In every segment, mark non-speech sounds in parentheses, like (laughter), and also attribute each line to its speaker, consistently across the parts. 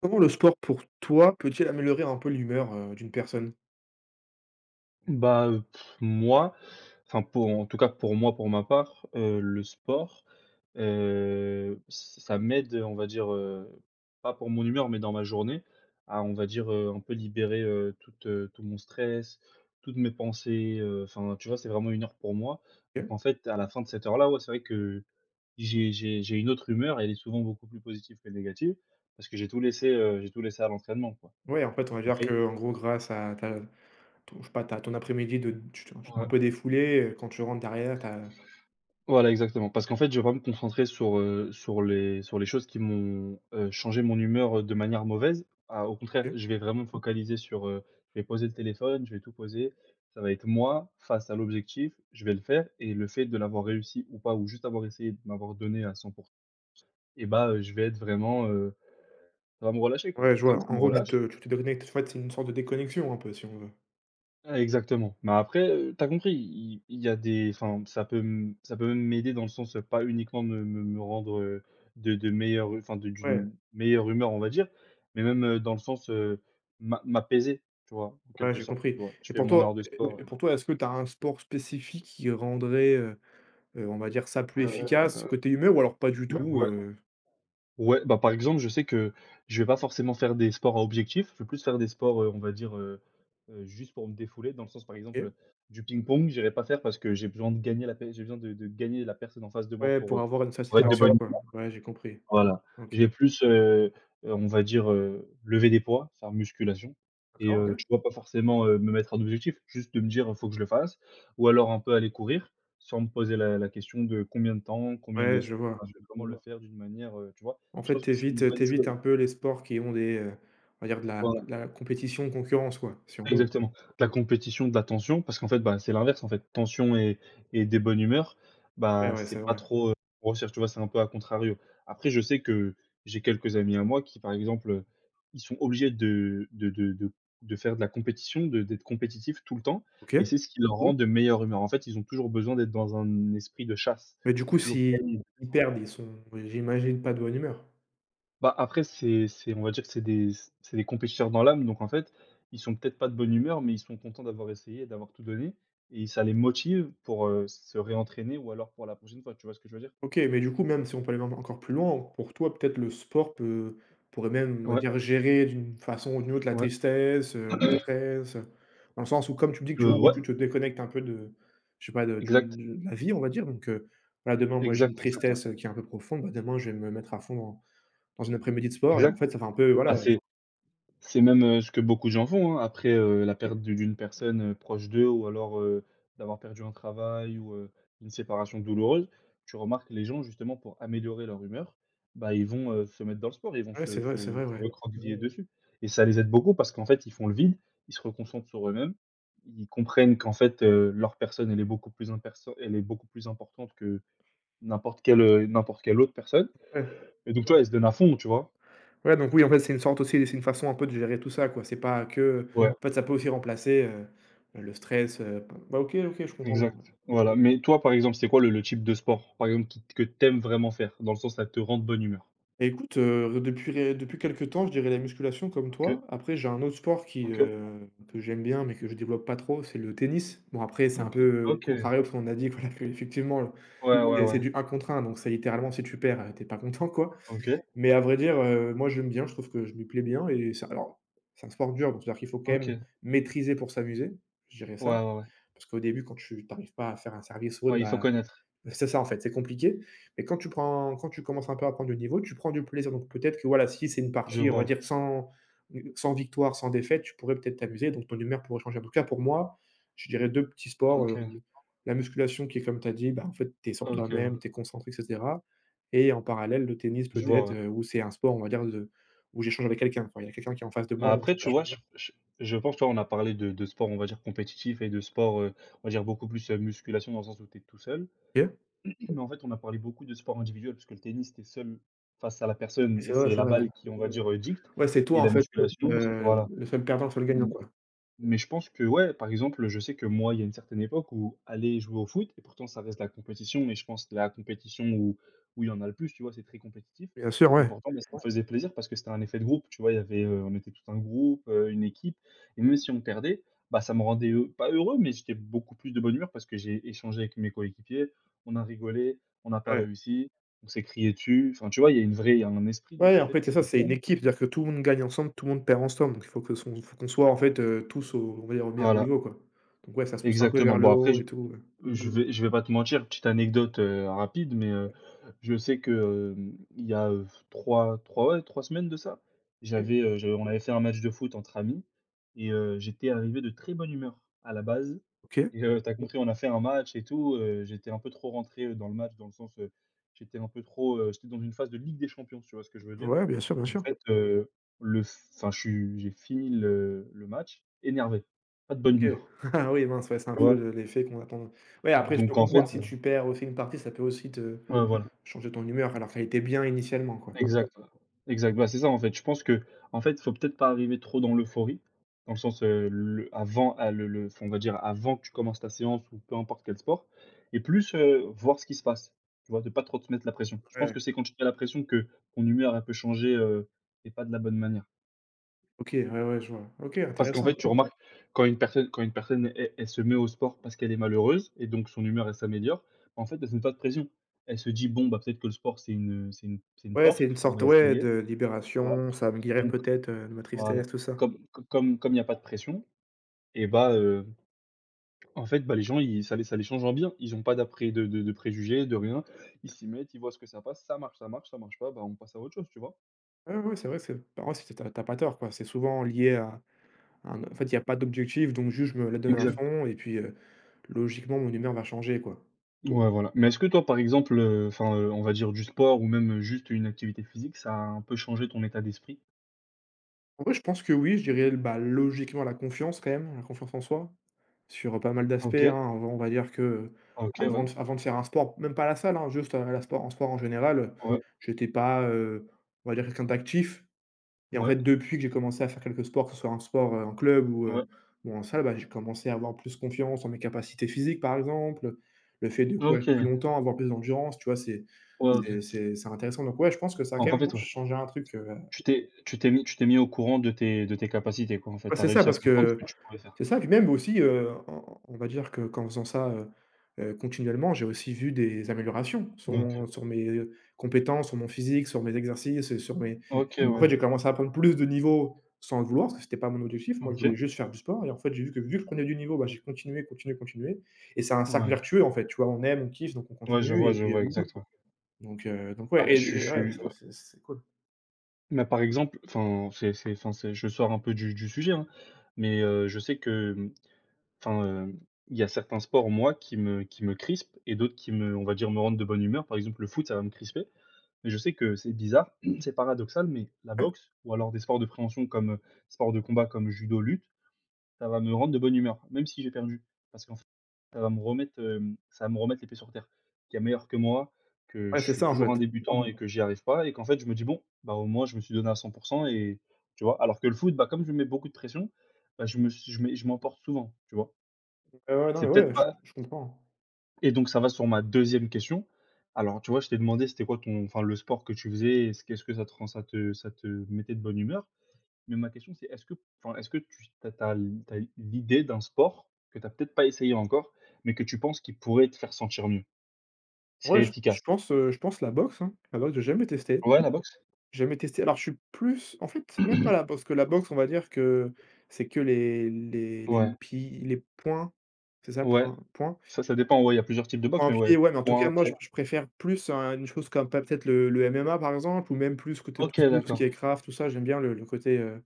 Speaker 1: Comment le sport pour toi peut-il améliorer un peu l'humeur, d'une personne?
Speaker 2: Bah, moi, enfin pour en tout cas pour moi, pour ma part, le sport, ç ça m'aide, on va dire, pas pour mon humeur, mais dans ma journée à, on va dire, un peu libérer, toute, tout mon stress, toutes mes pensées, enfin, tu vois? C'est vraiment une heure pour moi. Donc
Speaker 1: OK.
Speaker 2: en fait, à la fin de cette heure-là, ouais, c'est vrai que j'ai une autre humeur et elle est souvent beaucoup plus positive que négative parce que j'ai tout laissé, j'ai tout laissé à l'entraînement, quoi.
Speaker 1: Ouais, en fait, on va dire
Speaker 2: Après
Speaker 1: que en gros grâce à ta ton je sais pas, ta ton après-midi de tu t'es un peu
Speaker 2: ouais.
Speaker 1: défoulé, quand tu rentres derrière, t'as.
Speaker 2: Voilà, exactement. Parce qu'en fait, je vais pas me concentrer sur les choses qui m'ont, changé mon humeur, de manière mauvaise. Ah, au contraire,
Speaker 1: OK.
Speaker 2: je vais vraiment me focaliser, je vais poser le téléphone, je vais tout poser. Ça va être moi face à l'objectif, je vais le faire et le fait de l'avoir réussi ou pas ou juste avoir essayé de m'avoir donné à 100% et bah, je vais être vraiment, ça va me relâcher, quoi
Speaker 1: Ouais,
Speaker 2: et
Speaker 1: je
Speaker 2: comme
Speaker 1: vois.
Speaker 2: ça
Speaker 1: En
Speaker 2: me
Speaker 1: gros, tu
Speaker 2: relâche,
Speaker 1: te tu te déconnectes. En fait, c'est une sorte de déconnexion un peu, si on veut.
Speaker 2: Ah exactement. Mais après, tu compris, il y a des enfin, ça peut même m'aider dans le sens, pas uniquement me rendre, de meilleure enfin de
Speaker 1: Ouais,
Speaker 2: d'une meilleure humeur, on va dire, mais même, dans le sens, m'apaiser, tu vois? En
Speaker 1: ouais,
Speaker 2: quelque
Speaker 1: j'ai
Speaker 2: sorte, tu
Speaker 1: compris,
Speaker 2: vois? Je
Speaker 1: et
Speaker 2: fais
Speaker 1: pour
Speaker 2: mon
Speaker 1: toi
Speaker 2: heure de sport.
Speaker 1: et pour toi, est-ce que tu as un sport spécifique qui rendrait, on va dire ça plus efficace côté humeur ou alors pas du tout?
Speaker 2: Ouais, bah, par exemple, je sais que je vais pas forcément faire des sports à objectif. Je vais plus faire des sports, on va dire, juste pour me défouler. Dans le sens, par
Speaker 1: OK.
Speaker 2: exemple, du ping-pong, j'irai pas faire parce que j'ai besoin de gagner la personne en face de moi
Speaker 1: Ouais,
Speaker 2: pour,
Speaker 1: pour avoir une
Speaker 2: être de
Speaker 1: satisfaction,
Speaker 2: bonne
Speaker 1: quoi. Ouais, j'ai compris.
Speaker 2: voilà.
Speaker 1: OK.
Speaker 2: Je vais plus, on va dire, lever des poids, faire musculation et
Speaker 1: D'accord, OK.
Speaker 2: tu vois? Pas forcément, me mettre un objectif, juste de me dire: «faut que je le fasse» ou alors un peu aller courir sans me poser la question de combien de temps, combien de
Speaker 1: Ouais,
Speaker 2: si
Speaker 1: je vois.
Speaker 2: enfin, je vais vraiment le faire d'une manière, tu vois?
Speaker 1: En
Speaker 2: Je
Speaker 1: fait,
Speaker 2: pense que c'est une
Speaker 1: t'évites,
Speaker 2: bonne
Speaker 1: t'évites
Speaker 2: chose.
Speaker 1: un peu les sports qui ont des, on va dire de la
Speaker 2: Voilà.
Speaker 1: de la compétition, concurrence, quoi, si on veut.
Speaker 2: Exactement. De la compétition, de la tension, parce qu'en fait, bah, c'est l'inverse, en fait. Tension et des bonnes humeurs,
Speaker 1: Ouais,
Speaker 2: bah,
Speaker 1: ouais, c'est
Speaker 2: c'est pas
Speaker 1: vrai.
Speaker 2: trop, on recherche, tu vois? C'est un peu à contrario. Après, je sais que j'ai quelques amis à moi qui, par exemple, ils sont obligés de faire de la compétition, de d'être compétitifs tout le temps et
Speaker 1: OK.
Speaker 2: c'est ce qui leur Mmh rend de meilleure humeur. En fait, ils ont toujours besoin d'être dans un esprit de chasse,
Speaker 1: Mais du
Speaker 2: de
Speaker 1: coup,
Speaker 2: toujours
Speaker 1: s'ils
Speaker 2: gagner.
Speaker 1: perdent, ils sont, j'imagine, pas de bonne humeur?
Speaker 2: Bah, après, c'est on va dire que c'est des compétiteurs dans l'âme, donc en fait, ils sont peut-être pas de bonne humeur, mais ils sont contents d'avoir essayé d'avoir tout donné et ça les motive pour, se réentraîner ou alors pour la prochaine fois, tu vois ce que je veux dire?
Speaker 1: OK, mais du coup, même si on peut aller même encore plus loin, pour toi, peut-être le sport peut pourrait même, on va
Speaker 2: Ouais,
Speaker 1: dire, gérer d'une façon ou d'une autre la
Speaker 2: ouais,
Speaker 1: tristesse, le
Speaker 2: (clears throat)
Speaker 1: stress, dans le sens où comme tu me dis que tu en gros,
Speaker 2: ouais,
Speaker 1: tu te déconnectes un peu de, je sais pas, de du
Speaker 2: exact,
Speaker 1: de la vie, on va dire, donc voilà, demain, moi, j'ai une
Speaker 2: exact, exact, ouais,
Speaker 1: tristesse, qui est un peu profonde, bah, demain, je vais me mettre à fond dans une après-midi de sport et en
Speaker 2: exact.
Speaker 1: fait, ça fait un peu,
Speaker 2: Bah,
Speaker 1: voilà, je
Speaker 2: c'est C'est même, ce que beaucoup de gens font, hein. Après, la
Speaker 1: OK.
Speaker 2: perte de d'une personne, proche d'eux ou alors, d'avoir perdu un travail ou, une séparation douloureuse, tu remarques les gens justement pour améliorer leur humeur, bah, ils vont, se mettre dans le sport, ils vont
Speaker 1: Ouais,
Speaker 2: se
Speaker 1: c'est
Speaker 2: se
Speaker 1: vrai,
Speaker 2: se
Speaker 1: ouais.
Speaker 2: recroqueviller dessus et ça les aide beaucoup parce qu'en fait, ils font le vide, ils se reconcentrent sur eux-mêmes, ils comprennent qu'en fait, leur personne, elle est beaucoup plus imperso elle est beaucoup plus importante que n'importe quelle autre personne
Speaker 1: Ouais.
Speaker 2: et donc, toi ils se donnent à fond, tu vois?
Speaker 1: Ouais, donc oui, en fait, c'est une sorte aussi c'est une façon un peu de gérer tout ça, quoi. C'est pas que
Speaker 2: Ouais.
Speaker 1: en fait, ça peut aussi remplacer, le stress, bah, OK, OK, je comprends bien,
Speaker 2: Exact.
Speaker 1: ouais.
Speaker 2: Voilà, mais toi, par exemple, c'est quoi le type de sport, par exemple, qui que t'aimes vraiment faire? Dans le sens, ça te rend de bonne humeur?
Speaker 1: Bah, écoute, depuis quelques temps, je dirais la musculation comme
Speaker 2: OK,
Speaker 1: toi. Après, j'ai un autre sport
Speaker 2: OK,
Speaker 1: que j'aime bien, mais que je développe pas trop, c'est le tennis. Bon, après, c'est un
Speaker 2: OK,
Speaker 1: peu
Speaker 2: OK.
Speaker 1: contrarié parce qu'on a dit, (laughs) voilà, qu'effectivement,
Speaker 2: Ouais, ouais,
Speaker 1: c'est
Speaker 2: ouais.
Speaker 1: du 1 contre 1, donc c'est littéralement si tu perds, tu pas content, quoi.
Speaker 2: OK,
Speaker 1: Mais à vrai dire, moi j'aime bien, je trouve que je m'y plais bien et c'est alors, c'est un sport dur, donc c'est-à-dire qu'il faut quand même
Speaker 2: OK.
Speaker 1: maîtriser pour s'amuser, je dirais
Speaker 2: Ouais,
Speaker 1: ça.
Speaker 2: ouais, ouais.
Speaker 1: Parce qu'au début, quand tu n'arrives pas à faire un service ou autre,
Speaker 2: Ouais, il faut
Speaker 1: bah
Speaker 2: connaître.
Speaker 1: c'est ça en fait, c'est compliqué. Mais quand tu commences un peu à prendre du niveau, tu prends du plaisir. Donc peut-être que voilà, si c'est une
Speaker 2: Je
Speaker 1: partie, on
Speaker 2: vois,
Speaker 1: va
Speaker 2: ouais.
Speaker 1: dire, sans victoire, sans défaite, tu pourrais peut-être t'amuser, donc ton humeur pourrait changer. En tout cas, pour moi, je dirais 2 petits sports,
Speaker 2: OK,
Speaker 1: le la musculation qui est comme tu as dit, bah, en fait, tu es sur
Speaker 2: OK,
Speaker 1: toi-même, tu es
Speaker 2: ouais.
Speaker 1: concentré et cetera et en parallèle le tennis
Speaker 2: Je vois,
Speaker 1: peut-être,
Speaker 2: ouais.
Speaker 1: où c'est un sport, on va dire de où j'échange avec quelqu'un, quoi. Il y a quelqu'un qui est en face de
Speaker 2: Bah,
Speaker 1: moi donc je
Speaker 2: après,
Speaker 1: peux
Speaker 2: tu vois,
Speaker 1: échanger.
Speaker 2: je je pense, tu vois, on a parlé de sport, on va dire, compétitif et de sport, on va dire, beaucoup plus, musculation dans le sens où tu es tout seul.
Speaker 1: OK.
Speaker 2: Mais en fait, on a parlé beaucoup de sport individuel puisque le tennis, tu es seul face à la personne et c'est
Speaker 1: C'est
Speaker 2: la
Speaker 1: vrai, ouais.
Speaker 2: balle qui, on va dire, dicte
Speaker 1: Ouais, c'est
Speaker 2: et
Speaker 1: toi en
Speaker 2: la
Speaker 1: fait,
Speaker 2: musculation, c'est voilà.
Speaker 1: le seul perdant, le seul gagnant, quoi.
Speaker 2: Mais je pense que ouais, par exemple, je sais que moi, il y a une certaine époque où aller jouer au foot et pourtant ça reste la compétition mais je pense que la compétition où il y en a le plus, tu vois? C'est très compétitif
Speaker 1: Bien sûr,
Speaker 2: et
Speaker 1: ouais.
Speaker 2: pourtant, bah, ça me Ouais. faisait plaisir parce que c'était un effet de groupe, tu vois? Il y avait, on était tout un groupe, une équipe et même si on perdait, bah, ça me rendait, pas heureux, mais j'étais beaucoup plus de bonne humeur parce que j'ai échangé avec mes coéquipiers, on a rigolé, on n'a pas
Speaker 1: Ouais.
Speaker 2: réussi, on s'est crié dessus, enfin, tu vois? Il y a un esprit donc
Speaker 1: Ouais,
Speaker 2: en
Speaker 1: en
Speaker 2: fait,
Speaker 1: fait, c'est
Speaker 2: tu
Speaker 1: ça,
Speaker 2: te
Speaker 1: c'est une
Speaker 2: dis
Speaker 1: équipe, c'est-à-dire que tout le monde gagne ensemble, tout le monde perd ensemble, donc il faut que son faut qu'on soit, en fait, tous au on va dire, au meilleur
Speaker 2: voilà,
Speaker 1: niveau, quoi. Donc ouais, ça se pousse un peu
Speaker 2: exactement.
Speaker 1: vers le
Speaker 2: Bon après
Speaker 1: haut et tout.
Speaker 2: je vais pas te mentir, petite anecdote, rapide, mais je sais que, hem, il y a, trois trois ouais, 3 semaines de ça,
Speaker 1: OK,
Speaker 2: j'avais, je on avait fait un match de foot entre amis et j'étais arrivé de très bonne humeur à la base
Speaker 1: OK,
Speaker 2: et tu Mmh. compris, on a fait un match et tout, j'étais un peu trop rentré, dans le match, dans le sens, j'étais un peu trop, j'étais dans une phase de Ligue des Champions, tu vois ce que je veux dire?
Speaker 1: ouais, bien sûr, bien
Speaker 2: En
Speaker 1: sûr.
Speaker 2: fait, le enfin, je suis j'ai fini le match énervé, pas de bonne
Speaker 1: OK.
Speaker 2: humeur,
Speaker 1: (laughs) Ah oui, mince, ouais, c'est un
Speaker 2: tu Mmh.
Speaker 1: peu
Speaker 2: vois?
Speaker 1: le l'effet qu'on attend. Ouais, après, je peux
Speaker 2: Donc en Bah
Speaker 1: comprendre,
Speaker 2: fait,
Speaker 1: si tu perds aussi une partie, ça peut aussi te
Speaker 2: heu
Speaker 1: changer ton humeur, alors qu'elle était bien initialement, quoi.
Speaker 2: Exact, exact. Bah, c'est ça en fait. Je pense que en fait, faut peut-être pas arriver trop dans l'euphorie, dans le sens, le avant à le enfin, on va dire avant que tu commences ta séance ou peu importe quel sport et plus, voir ce qui se passe, tu vois? De pas trop te mettre la pression. Je pense
Speaker 1: Ouais,
Speaker 2: que c'est quand tu te mets la pression que ton humeur, elle peut changer, et pas de la bonne manière.
Speaker 1: OK, ouais, ouais, je vois. OK,
Speaker 2: Parce qu'en
Speaker 1: intéressant.
Speaker 2: fait, tu Ouais. remarques quand une personne, elle se met au sport parce qu'elle est malheureuse et donc son humeur, elle s'améliore, en fait, elle se met pas de pression. Elle se dit: «Bon, bah, peut-être que le sport, c'est une
Speaker 1: Ouais, c'est une
Speaker 2: porte, on
Speaker 1: sorte,
Speaker 2: va
Speaker 1: ouais,
Speaker 2: essayer».
Speaker 1: de
Speaker 2: Voilà.
Speaker 1: libération, ça va me guérir peut-être, de ma tristesse,
Speaker 2: Voilà.
Speaker 1: tout ça.
Speaker 2: Comme co comme Comme il n'y a pas de pression et bah, en fait, bah, les gens ils ça les change en bien. Ils ont pas d'après de préjugés, de rien. Ils s'y mettent, ils voient ce que ça passe, ça marche, ça marche, ça marche pas, bah, on passe à autre chose, tu vois?
Speaker 1: Ouais, ouais, c'est vrai, que c'est par contre, si tu as pas tort, quoi, c'est souvent lié à Un en fait, il y a pas d'objectif, donc juste je me la donne à
Speaker 2: Exact.
Speaker 1: fond et puis, logiquement, mon humeur va changer, quoi.
Speaker 2: Ouais, voilà. Mais est-ce que toi, par exemple, enfin, on va dire du sport ou même, juste une activité physique, ça a un peu changé ton état d'esprit?
Speaker 1: En vrai, je pense que oui, je dirais, bah, logiquement, la confiance quand même, la confiance en soi, sur, pas mal d'aspects, hein.
Speaker 2: OK,
Speaker 1: On va dire que,
Speaker 2: OK,
Speaker 1: avant
Speaker 2: ouais,
Speaker 1: de avant de faire un sport, même pas à la salle, hein, juste, à la sport en sport en général,
Speaker 2: ouais,
Speaker 1: j'étais pas, on va dire quelqu'un d'actif. Et en fait,
Speaker 2: ouais,
Speaker 1: depuis que j'ai commencé à faire quelques sports, que ce soit un sport, en club ou, heu,
Speaker 2: ouais.
Speaker 1: ou en salle, bah, j'ai commencé à avoir plus confiance en mes capacités physiques, par exemple, le fait de courir
Speaker 2: OK,
Speaker 1: plus
Speaker 2: ouais,
Speaker 1: longtemps, avoir plus d'endurance, tu vois? C'est
Speaker 2: OK.
Speaker 1: c'est c'est c'est intéressant donc ouais, je pense que ça a
Speaker 2: Donc
Speaker 1: quand
Speaker 2: en
Speaker 1: même
Speaker 2: fait, ouais,
Speaker 1: changé un truc,
Speaker 2: tu t'es mis tu t'es mis au courant de tes capacités, quoi, en fait.
Speaker 1: ouais,
Speaker 2: Tu as
Speaker 1: c'est ça
Speaker 2: réussi à
Speaker 1: parce
Speaker 2: comprendre ce
Speaker 1: que
Speaker 2: que tu pouvais faire.
Speaker 1: c'est ça, puis même aussi, on va dire que qu'en faisant ça, continuellement, j'ai aussi vu des améliorations sur
Speaker 2: OK.
Speaker 1: mon sur mes, compétences, sur mon physique, sur mes exercices, sur mes
Speaker 2: OK,
Speaker 1: En
Speaker 2: ouais.
Speaker 1: fait, j'ai commencé à prendre plus de niveau sans le vouloir, parce que c'était pas mon objectif. Moi, je voulais
Speaker 2: OK,
Speaker 1: juste faire du sport et en fait, j'ai vu que je prenais du niveau, bah, j'ai continué, continué, continué et c'est un cercle
Speaker 2: ouais.
Speaker 1: vertueux, en fait, tu vois? On aime, on kiffe, donc on
Speaker 2: Ouais,
Speaker 1: continue et
Speaker 2: je
Speaker 1: puis,
Speaker 2: vois exactement.
Speaker 1: donc
Speaker 2: Bah,
Speaker 1: ouais et
Speaker 2: je suis je
Speaker 1: et ouais,
Speaker 2: suis
Speaker 1: c'est
Speaker 2: ouais.
Speaker 1: c'est c'est cool.
Speaker 2: Mais par exemple, enfin, c'est je sors un peu du sujet, hein, mais je sais que, mmh, enfin, hem, il y a certains sports, moi, qui me crispent et d'autres qui me on va dire, me rendent de bonne humeur. Par exemple, le foot, ça va me crisper, mais je sais que c'est bizarre, (clears throat) c'est paradoxal, mais la boxe ou alors des sports de préhension comme, sports de combat comme judo, lutte, ça va me rendre de bonne humeur, même si j'ai perdu. Parce qu'en fait, ça va me remettre les pieds sur terre. Qu'il y a meilleur que moi, que
Speaker 1: Ouais,
Speaker 2: je
Speaker 1: c'est
Speaker 2: suis
Speaker 1: ça, en
Speaker 2: toujours un
Speaker 1: fait.
Speaker 2: débutant et que j'y arrive pas et qu'en fait, je me dis: «Bon, bah, au moins je me suis donné à 100 et» tu vois? Alors que le foot, bah, comme je mets beaucoup de pression, bah, je me suis je mets je m'emporte souvent, tu vois?
Speaker 1: Ouais, ouais, non,
Speaker 2: C'est
Speaker 1: mais
Speaker 2: peut-être
Speaker 1: ouais, je
Speaker 2: pas
Speaker 1: je comprends.
Speaker 2: Et donc ça va sur ma deuxième question. Alors, tu vois, je t'ai demandé c'était quoi ton enfin, le sport que tu faisais et ce qu'est-ce que ça te rend ça te mettait de bonne humeur? Mais ma question, c'est est-ce que enfin, est-ce que tu as l'idée d'un sport que tu as peut-être pas essayé encore, mais que tu penses qui pourrait te faire sentir mieux, qui
Speaker 1: Ouais,
Speaker 2: serait
Speaker 1: je je
Speaker 2: efficace?
Speaker 1: pense, heu, je pense la boxe, hein. La boxe, j'ai jamais testé.
Speaker 2: Ouais, la boxe?
Speaker 1: J'ai jamais testé. Alors, je suis plus en fait, même pas la boxe. Parce que la boxe, on va dire que c'est que les les les
Speaker 2: Ouais,
Speaker 1: pi les poings, c'est ça?
Speaker 2: ouais.
Speaker 1: Poings poings?
Speaker 2: Ça dépend, ouais, il y a plusieurs types de
Speaker 1: Pour
Speaker 2: boxe,
Speaker 1: un
Speaker 2: mais
Speaker 1: pied,
Speaker 2: ouais.
Speaker 1: ouais, mais en
Speaker 2: Ouais,
Speaker 1: tout cas, moi, je
Speaker 2: OK.
Speaker 1: je préfère plus un une chose comme pas peut-être le MMA, par exemple, ou même plus côté tout
Speaker 2: OK,
Speaker 1: ce qui- tout ce qui
Speaker 2: d'accord.
Speaker 1: est craft, tout ça. J'aime bien le côté,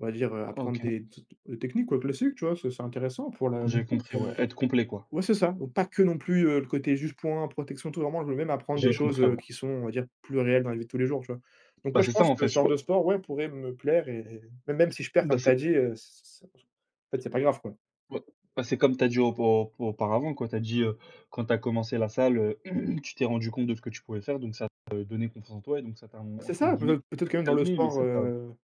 Speaker 1: on va dire, apprendre
Speaker 2: OK.
Speaker 1: des techniques, quoi, classiques, tu vois? C'est intéressant pour la
Speaker 2: J'ai compris, ouais, être complet, quoi.
Speaker 1: ouais, c'est ça, donc pas que non plus, le côté juste points, protection, tout. Vraiment, je veux même apprendre des
Speaker 2: J'ai
Speaker 1: choses,
Speaker 2: compris, ouais.
Speaker 1: qui sont, on va dire, plus réelles dans la vie de tous les jours, tu vois? Donc
Speaker 2: Bah,
Speaker 1: ouais, je
Speaker 2: c'est ça,
Speaker 1: pense
Speaker 2: en
Speaker 1: que
Speaker 2: fait,
Speaker 1: ce
Speaker 2: sur
Speaker 1: genre de sport, ouais, pourrait me plaire et même si je perds,
Speaker 2: bah,
Speaker 1: comme tu as
Speaker 2: c'est
Speaker 1: dit, c c en fait, c'est pas grave, quoi.
Speaker 2: ouais, bah, c'est comme tu as dit au au auparavant, quoi. Tu as dit, quand tu as commencé la salle, (clears throat) tu t'es rendu compte de ce que tu pouvais faire, donc ça te donné confiance en toi et donc ça t'a
Speaker 1: C'est
Speaker 2: entre
Speaker 1: ça, peut
Speaker 2: guillemets,
Speaker 1: peut-être
Speaker 2: pas
Speaker 1: quand même dans le
Speaker 2: «calmé», mais
Speaker 1: sport,
Speaker 2: ça t'a.
Speaker 1: heu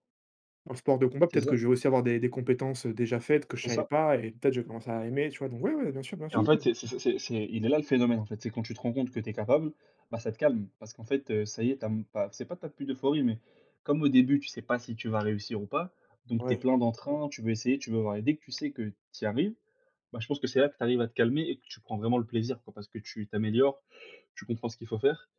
Speaker 1: En sport de combat,
Speaker 2: C'est
Speaker 1: peut-être que
Speaker 2: ça,
Speaker 1: je vais aussi avoir des compétences, déjà faites que je
Speaker 2: c'est
Speaker 1: savais
Speaker 2: ça.
Speaker 1: pas et peut-être je vais commencer à aimer, tu vois? Donc ouais, ouais, bien sûr, bien
Speaker 2: Et en
Speaker 1: sûr.
Speaker 2: fait, c'est il est là le phénomène, en fait. C'est quand tu te rends compte que tu es capable, bah, ça te calme parce qu'en fait, ça y est, tu m pas c'est pas tu as plus d'euphorie, mais comme au début, tu sais pas si tu vas réussir ou pas, donc tu es
Speaker 1: Ouais.
Speaker 2: plein d'entrain, tu veux essayer, tu veux voir et dès que tu sais que tu y arrives, bah, je pense que c'est là que tu arrives à te calmer et que tu prends vraiment le plaisir, quoi, parce que tu t'améliores, tu comprends ce qu'il faut faire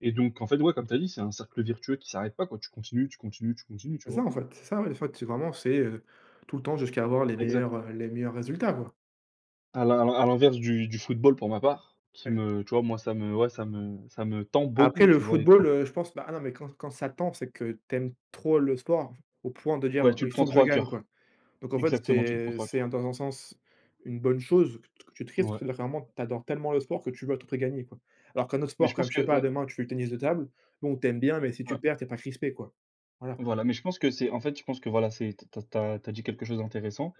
Speaker 2: et donc en fait, ouais, comme tu as dit, c'est un cercle vertueux qui s'arrête pas, quoi. Tu continues, tu continues, tu continues, tu
Speaker 1: C'est ça,
Speaker 2: vois?
Speaker 1: en fait, c'est ça, ouais, en fait, c'est vraiment, tout le temps jusqu'à avoir les
Speaker 2: Exact.
Speaker 1: meilleurs, heu, les meilleurs résultats, quoi.
Speaker 2: À l'inverse du football pour ma part, qui
Speaker 1: Ouais.
Speaker 2: me tu vois, moi, ça me ouais, ça me tend
Speaker 1: Après
Speaker 2: beaucoup,
Speaker 1: le
Speaker 2: tu vois? Et
Speaker 1: football,
Speaker 2: quand
Speaker 1: je pense. Bah, ah non, mais quand ça tend, c'est que tu aimes trop le sport au point de dire:
Speaker 2: ouais, tu le
Speaker 1: «Il
Speaker 2: prends
Speaker 1: faut que je
Speaker 2: trop à
Speaker 1: gagne»,
Speaker 2: cœur.
Speaker 1: quoi. Donc en fait,
Speaker 2: Exactement, tu le prends
Speaker 1: c'est
Speaker 2: trop à
Speaker 1: c'est
Speaker 2: cœur.
Speaker 1: en dans un sens une bonne chose que tu tristes,
Speaker 2: Ouais.
Speaker 1: c'est-à-dire que vraiment tu adores tellement le sport que tu veux à tout prix gagner, quoi. Alors qu'un autre
Speaker 2: Mais
Speaker 1: sport
Speaker 2: je pense
Speaker 1: comme, je
Speaker 2: que
Speaker 1: sais pas,
Speaker 2: ouais,
Speaker 1: demain, tu fais du tennis de table, bon, t'aimes bien, mais si
Speaker 2: ouais,
Speaker 1: tu perds, t'es pas crispé, quoi. Voilà,
Speaker 2: voilà, mais je pense que c'est en fait, je pense que voilà, c'est t'as tu dit quelque chose d'intéressant.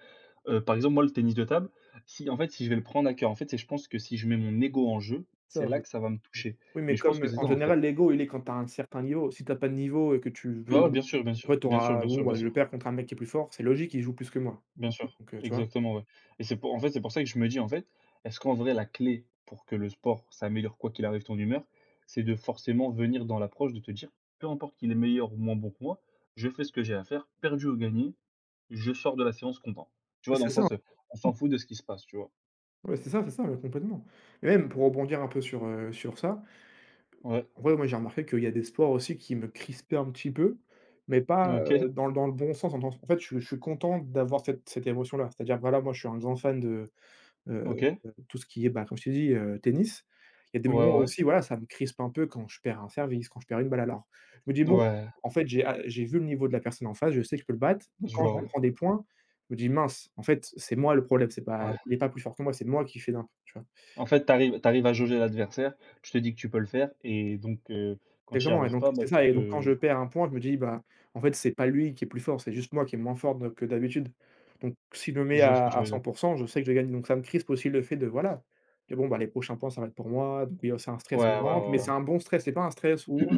Speaker 2: Par exemple, moi, le tennis de table, si en fait, si je vais le prendre à cœur, en fait, c'est je pense que si je mets mon ego en jeu,
Speaker 1: ça,
Speaker 2: c'est
Speaker 1: en
Speaker 2: là
Speaker 1: fait.
Speaker 2: que ça va me toucher.
Speaker 1: Oui,
Speaker 2: Mais
Speaker 1: mais
Speaker 2: je pense
Speaker 1: comme,
Speaker 2: que c'est ça,
Speaker 1: en
Speaker 2: en fait.
Speaker 1: général, l'ego, il est quand tu as un certain niveau. Si t'as pas de niveau et que tu
Speaker 2: Ouais, ouais,
Speaker 1: viens
Speaker 2: bien sûr, bien
Speaker 1: en
Speaker 2: sûr.
Speaker 1: fait, tu
Speaker 2: Bien sûr,
Speaker 1: auras:
Speaker 2: bien
Speaker 1: «Bon,
Speaker 2: sûr,
Speaker 1: bah,
Speaker 2: bien
Speaker 1: je
Speaker 2: sûr.
Speaker 1: perds contre un mec qui est plus fort, c'est logique, il joue plus que moi»,
Speaker 2: Bien sûr,
Speaker 1: donc tu vois?
Speaker 2: exactement, ouais. Et c'est pour en fait, c'est pour ça que je me dis, en fait, est-ce qu'en vrai la clé pour que le sport, ça améliore quoi qu'il arrive ton humeur, c'est de forcément venir dans l'approche de te dire: «Peu importe qu'il est meilleur ou moins bon que moi, je fais ce que j'ai à faire, perdu ou gagné, je sors de la séance content». Tu
Speaker 1: Ouais,
Speaker 2: vois? Dans
Speaker 1: c'est
Speaker 2: le
Speaker 1: ça,
Speaker 2: sens, on s'en fout de ce qui se passe, tu vois?
Speaker 1: ouais, c'est ça, ouais, complètement. Et même pour rebondir un peu sur ça.
Speaker 2: Ouais,
Speaker 1: Ouais, moi j'ai remarqué qu'il y a des sports aussi qui me crispaient un petit peu, mais pas,
Speaker 2: OK,
Speaker 1: dans le bon sens. En fait, je suis content d'avoir cette émotion-là. C'est-à-dire, voilà, moi je suis un grand fan de, heu,
Speaker 2: OK.
Speaker 1: tout ce qui est, bah, comme je t'ai dit, tennis. Il y a des
Speaker 2: Ouais,
Speaker 1: moments
Speaker 2: ouais, ouais.
Speaker 1: aussi, voilà, ça me crispe un peu quand je perds un service, quand je perds une balle. Alors, je me dis: «Bon,
Speaker 2: Ouais,
Speaker 1: en fait, j'ai vu le niveau de la personne en face, je sais que je peux le battre». Donc
Speaker 2: je
Speaker 1: quand je
Speaker 2: vois,
Speaker 1: me prends des points, je me dis: «Mince, en fait, c'est moi le problème, c'est
Speaker 2: ouais.
Speaker 1: pas
Speaker 2: Ouais.
Speaker 1: il est pas plus fort que moi, c'est moi qui fais d'un tu.
Speaker 2: En fait, t'arrives à jauger l'adversaire, tu te dis que tu peux le faire et donc quand tu n'y
Speaker 1: Exactement, et
Speaker 2: arrives
Speaker 1: donc
Speaker 2: pas, bah,
Speaker 1: c'est ça,
Speaker 2: tu
Speaker 1: et donc quand
Speaker 2: te.
Speaker 1: je perds un point, je me dis: «Bah, en fait, c'est pas lui qui est plus fort, c'est juste moi qui est moins fort de que d'habitude». Donc si je me mets
Speaker 2: Je vois ce que
Speaker 1: à
Speaker 2: tu
Speaker 1: à
Speaker 2: veux dire.
Speaker 1: 100, je sais que je gagne. Donc ça me crispe aussi le fait de voilà, que bon, bah, les prochains points, ça va être pour moi. Donc il y a c'est un stress
Speaker 2: Ouais, ouais,
Speaker 1: qui rentre, mais
Speaker 2: ouais, ouais.
Speaker 1: c'est un bon stress, c'est pas un stress où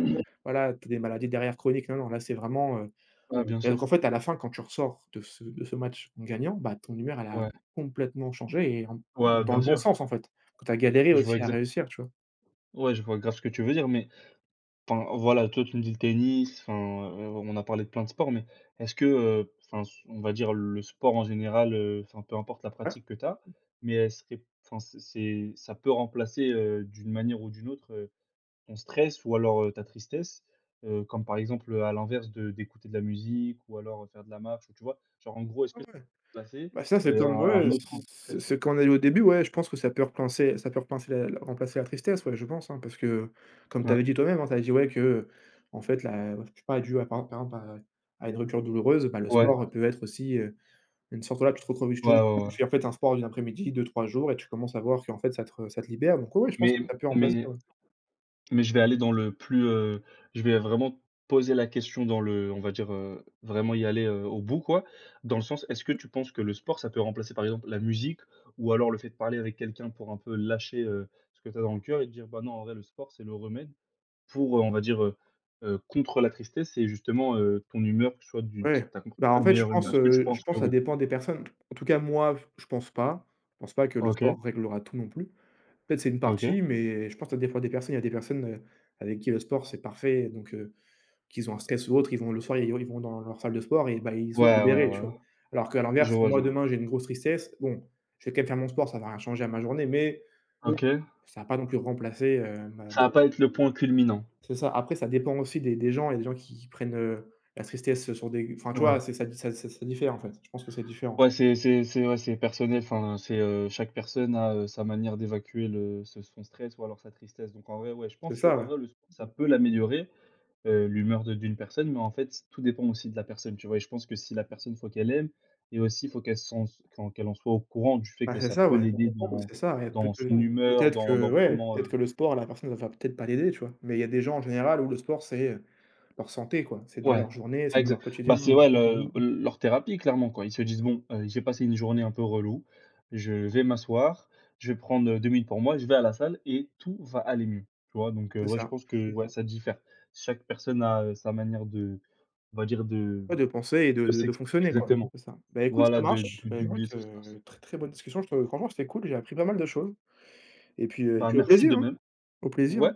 Speaker 1: voilà, tu as des maladies derrière chroniques. Non, non, là, c'est vraiment,
Speaker 2: Ouais, bien
Speaker 1: et donc en
Speaker 2: sûr.
Speaker 1: fait, à la fin, quand tu ressors de ce match en gagnant, bah, ton humeur, elle a
Speaker 2: Ouais.
Speaker 1: complètement changé, et en
Speaker 2: Ouais,
Speaker 1: dans
Speaker 2: bien
Speaker 1: le bon
Speaker 2: sûr.
Speaker 1: sens, en fait. Que tu as galéré
Speaker 2: Je vois
Speaker 1: aussi à
Speaker 2: exact
Speaker 1: réussir, tu vois?
Speaker 2: Ouais, je vois grave ce que tu veux dire, mais enfin, voilà, toi, tu me dis le tennis, enfin, on a parlé de plein de sports, mais est-ce que, enfin, s on va dire le sport en général, enfin, peu importe la
Speaker 1: Ouais.
Speaker 2: pratique que tu as, mais elle serait enfin, c'est ça peut remplacer, d'une manière ou d'une autre, ton stress ou alors, ta tristesse? Comme par exemple, à l'inverse de d'écouter de la musique ou alors, faire de la marche ou tu vois? Genre en gros, est-ce que
Speaker 1: Ouais,
Speaker 2: ça
Speaker 1: ouais.
Speaker 2: peut remplacer,
Speaker 1: Bah, ça, c'est comme
Speaker 2: un
Speaker 1: ouais,
Speaker 2: autre
Speaker 1: c'est
Speaker 2: anti-stress, ouais.
Speaker 1: c'est quand on a eu au début, ouais, je pense que ça peut repenser la remplacer la tristesse, ouais, je pense, hein, parce que comme tu avais dit toi-même, hein, tu avais dit, ouais, qu'en fait, la je sais pas, dû à par exemple à une rupture douloureuse, bah, le
Speaker 2: Ouais, ouais,
Speaker 1: sport peut être aussi, une sorte voilà, tu te retrouves tu
Speaker 2: ouais,
Speaker 1: tu
Speaker 2: ouais,
Speaker 1: tu
Speaker 2: ouais.
Speaker 1: fais en fait un sport d'une après-midi, deux trois jours, et tu commences à voir qu'en fait ça te libère, donc ouais, ouais, je pense
Speaker 2: Mais
Speaker 1: que ça peut remplacer,
Speaker 2: mais
Speaker 1: ouais.
Speaker 2: mais je vais aller dans le plus, je vais vraiment poser la question dans le on va dire, vraiment y aller, au bout quoi. Dans le sens, est-ce que tu penses que le sport, ça peut remplacer par exemple la musique ou alors le fait de parler avec quelqu'un pour un peu lâcher, ce que tu as dans le cœur et te dire: «Bah non, en vrai, le sport, c'est le remède pour», on va dire, contre la tristesse et justement, ton humeur, que ce soit du
Speaker 1: Ouais,
Speaker 2: ta
Speaker 1: bah, en
Speaker 2: ta
Speaker 1: fait,
Speaker 2: meilleure humeur. Est-ce que tu
Speaker 1: je
Speaker 2: penses que
Speaker 1: pense ça
Speaker 2: oui?
Speaker 1: dépend des personnes. En tout cas, moi, je pense pas. Je pense pas que le
Speaker 2: OK,
Speaker 1: sport réglera tout non plus. Peut-être c'est une
Speaker 2: OK.
Speaker 1: partie, mais je pense à des fois des personnes il y a des personnes, avec qui le sport c'est parfait, donc qu'ils ont un stress ou autre, ils vont le soir, ils vont dans leur salle de sport, et bah, ils sont
Speaker 2: Ouais, ouais,
Speaker 1: libérés,
Speaker 2: ouais,
Speaker 1: tu
Speaker 2: ouais.
Speaker 1: vois? Alors qu'à
Speaker 2: Je
Speaker 1: l'inverse,
Speaker 2: vois, je
Speaker 1: moi
Speaker 2: vois.
Speaker 1: demain j'ai une grosse tristesse, bon, je vais quand même faire mon sport, ça va rien changer à ma journée, mais
Speaker 2: OK.
Speaker 1: ça va pas non plus remplacer, ma
Speaker 2: Ça va pas être le point culminant.
Speaker 1: c'est ça. Après ça dépend aussi des gens, il y a des gens qui prennent, la tristesse sur des enfin tu vois?
Speaker 2: Ouais.
Speaker 1: C'est ça diffère en fait, je pense que c'est différent.
Speaker 2: Ouais, c'est ouais, c'est personnel, enfin, c'est, chaque personne a, sa manière d'évacuer le ce son stress ou alors sa tristesse. Donc en vrai, ouais, je
Speaker 1: C'est
Speaker 2: pense que
Speaker 1: ça,
Speaker 2: en
Speaker 1: ouais.
Speaker 2: vrai, le sport, ça peut l'améliorer, l'humeur de d'une personne, mais en fait, tout dépend aussi de la personne, tu vois? Et je pense que si la personne, faut qu'elle aime et aussi faut qu'elle s'en qu'en qu'elle en soit au courant du fait
Speaker 1: Bah,
Speaker 2: que
Speaker 1: c'est
Speaker 2: ça
Speaker 1: ça,
Speaker 2: peut
Speaker 1: ouais.
Speaker 2: l'aider dans
Speaker 1: C'est ça, ouais,
Speaker 2: son humeur,
Speaker 1: peut-être
Speaker 2: dans
Speaker 1: que
Speaker 2: dans
Speaker 1: ouais,
Speaker 2: comment.
Speaker 1: peut-être que le sport, la personne, elle va peut-être pas l'aider, tu vois? Mais il y a des gens en général où le sport, c'est, leur santé, quoi. C'est dans
Speaker 2: Ouais,
Speaker 1: leur journée,
Speaker 2: ah,
Speaker 1: c'est dans
Speaker 2: exa
Speaker 1: leur quotidien.
Speaker 2: bah, c'est ouais le leur thérapie clairement quoi. Ils se disent: «Bon, j'ai passé une journée un peu relou, je vais m'asseoir, je vais prendre, 2 minutes pour moi, je vais à la salle et tout va aller mieux». Tu vois? Donc
Speaker 1: C'est
Speaker 2: ouais, je
Speaker 1: ça.
Speaker 2: pense que ouais, ça diffère. Chaque personne a, sa manière de on va dire
Speaker 1: Ouais, de penser et de
Speaker 2: de
Speaker 1: de
Speaker 2: s'ex
Speaker 1: fonctionner, quoi.
Speaker 2: exactement.
Speaker 1: C'est ça. Bah, écoute, ça
Speaker 2: Voilà
Speaker 1: marche.
Speaker 2: de
Speaker 1: Bah, écoute,
Speaker 2: d'oublier ce qui se passe.
Speaker 1: très, très bonne discussion. Je te franchement, c'était cool. J'ai appris pas mal de choses, et puis, heu, et
Speaker 2: Bah,
Speaker 1: puis au
Speaker 2: merci
Speaker 1: plaisir,
Speaker 2: de
Speaker 1: hein.
Speaker 2: même.
Speaker 1: Au plaisir,
Speaker 2: Ouais.
Speaker 1: hein.